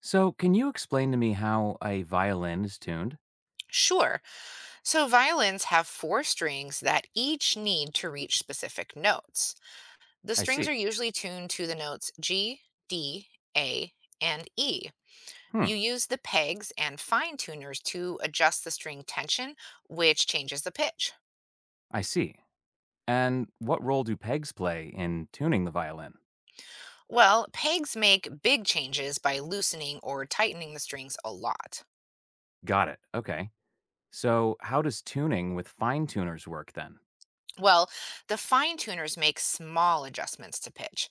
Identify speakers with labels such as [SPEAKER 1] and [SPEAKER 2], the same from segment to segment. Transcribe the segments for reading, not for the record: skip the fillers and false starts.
[SPEAKER 1] So, can you explain to me how a violin is tuned?
[SPEAKER 2] Sure. So violins have 4 strings that each need to reach specific notes. The
[SPEAKER 1] I
[SPEAKER 2] strings are
[SPEAKER 1] see.
[SPEAKER 2] usually tuned to the notes G, D, A, and E.
[SPEAKER 1] Hmm,
[SPEAKER 2] You use the pegs and fine tuners to adjust the string tension, which changes the pitch.
[SPEAKER 1] I see. And what role do pegs play in tuning the violin?
[SPEAKER 2] Well, pegs make big changes by loosening or tightening the strings a lot.
[SPEAKER 1] Got it. Okay. So, how does tuning with fine tuners work then?
[SPEAKER 2] Well, the fine tuners make small adjustments to pitch.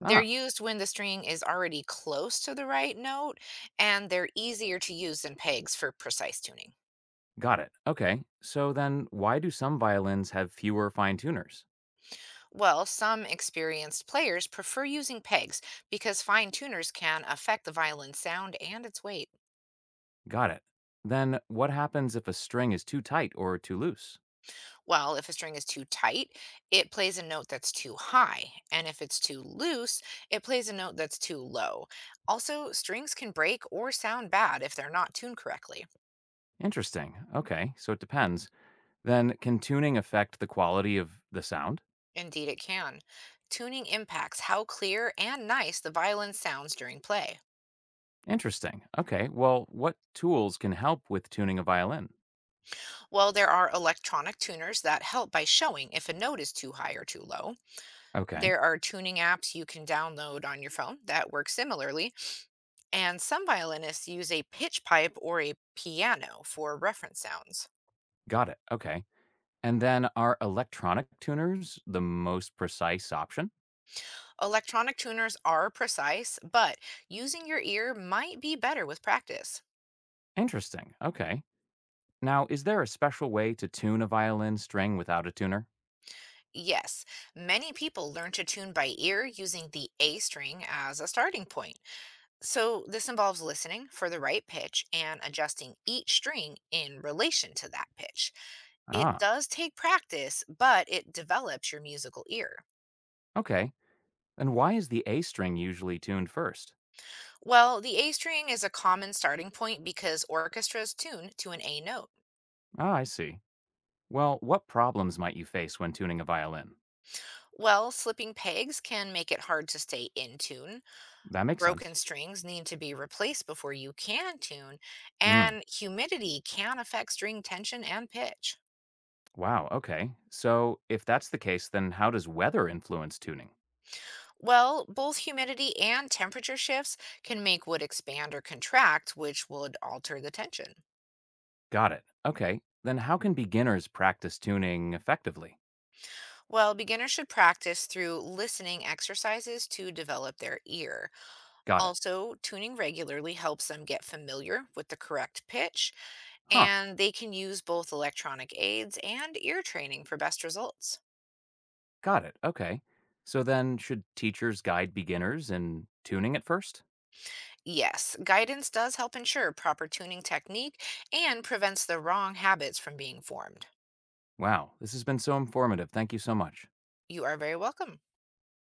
[SPEAKER 2] They're
[SPEAKER 1] Oh,
[SPEAKER 2] used when the string is already close to the right note, and they're easier to use than pegs for precise tuning.
[SPEAKER 1] got it. Okay. So, then why do some violins have fewer fine tuners?
[SPEAKER 2] Well, some experienced players prefer using pegs because fine tuners can affect the violin's sound and its weight.
[SPEAKER 1] Got it. Then, what happens if a string is too tight or too loose?
[SPEAKER 2] While if a string is too tight, it plays a note that's too high, and if it's too loose, it plays a note that's too low. Also, strings can break or sound bad if they're not tuned correctly.
[SPEAKER 1] Interesting. Okay. So, it depends. Then, can tuning affect the quality of the sound?
[SPEAKER 2] Indeed, it can. Tuning impacts how clear and nice the violin sounds during play.
[SPEAKER 1] Interesting. Okay. Well, what tools can help with tuning a violin?
[SPEAKER 2] While there are electronic tuners that help by showing if a note is too high or too low,
[SPEAKER 1] Okay.
[SPEAKER 2] there are tuning apps you can download on your phone that work similarly, and some violinists use a pitch pipe or a piano for reference sounds.
[SPEAKER 1] Got it. Okay. And then are electronic tuners the most precise option?
[SPEAKER 2] Electronic tuners are precise, but using your ear might be better with practice.
[SPEAKER 1] Interesting. Okay. Now, is there a special way to tune a violin string without a tuner?
[SPEAKER 2] Yes, many people learn to tune by ear using the A string as a starting point. So, this involves listening for the right pitch and adjusting each string in relation to that pitch. It
[SPEAKER 1] Ah,
[SPEAKER 2] does take practice, but it develops your musical ear.
[SPEAKER 1] okay. And why is the A string usually tuned first?
[SPEAKER 2] Well, the A string is a common starting point because orchestras tune to an A note.
[SPEAKER 1] Ah, I see. Well, what problems might you face when tuning a violin?
[SPEAKER 2] Well, slipping pegs can make it hard to stay in tune.
[SPEAKER 1] That makes sense.
[SPEAKER 2] Broken strings need to be replaced before you can tune,
[SPEAKER 1] Mm,
[SPEAKER 2] and humidity can affect string tension and pitch.
[SPEAKER 1] wow, okay. So, if that's the case, then how does weather influence tuning?
[SPEAKER 2] Well, both humidity and temperature shifts can make wood expand or contract, which would alter the tension.
[SPEAKER 1] Got it. Okay. Then how can beginners practice tuning effectively?
[SPEAKER 2] Well, beginners should practice through listening exercises to develop their ear.
[SPEAKER 1] Got it.
[SPEAKER 2] Also, tuning regularly helps them get familiar with the correct pitch,
[SPEAKER 1] Huh.
[SPEAKER 2] and they can use both electronic aids and ear training for best results.
[SPEAKER 1] Got it. Okay. So then should teachers guide beginners in tuning at first?
[SPEAKER 2] Yes, guidance does help ensure proper tuning technique and prevents the wrong habits from being formed.
[SPEAKER 1] Wow, this has been so informative. Thank you so much.
[SPEAKER 2] You are very welcome.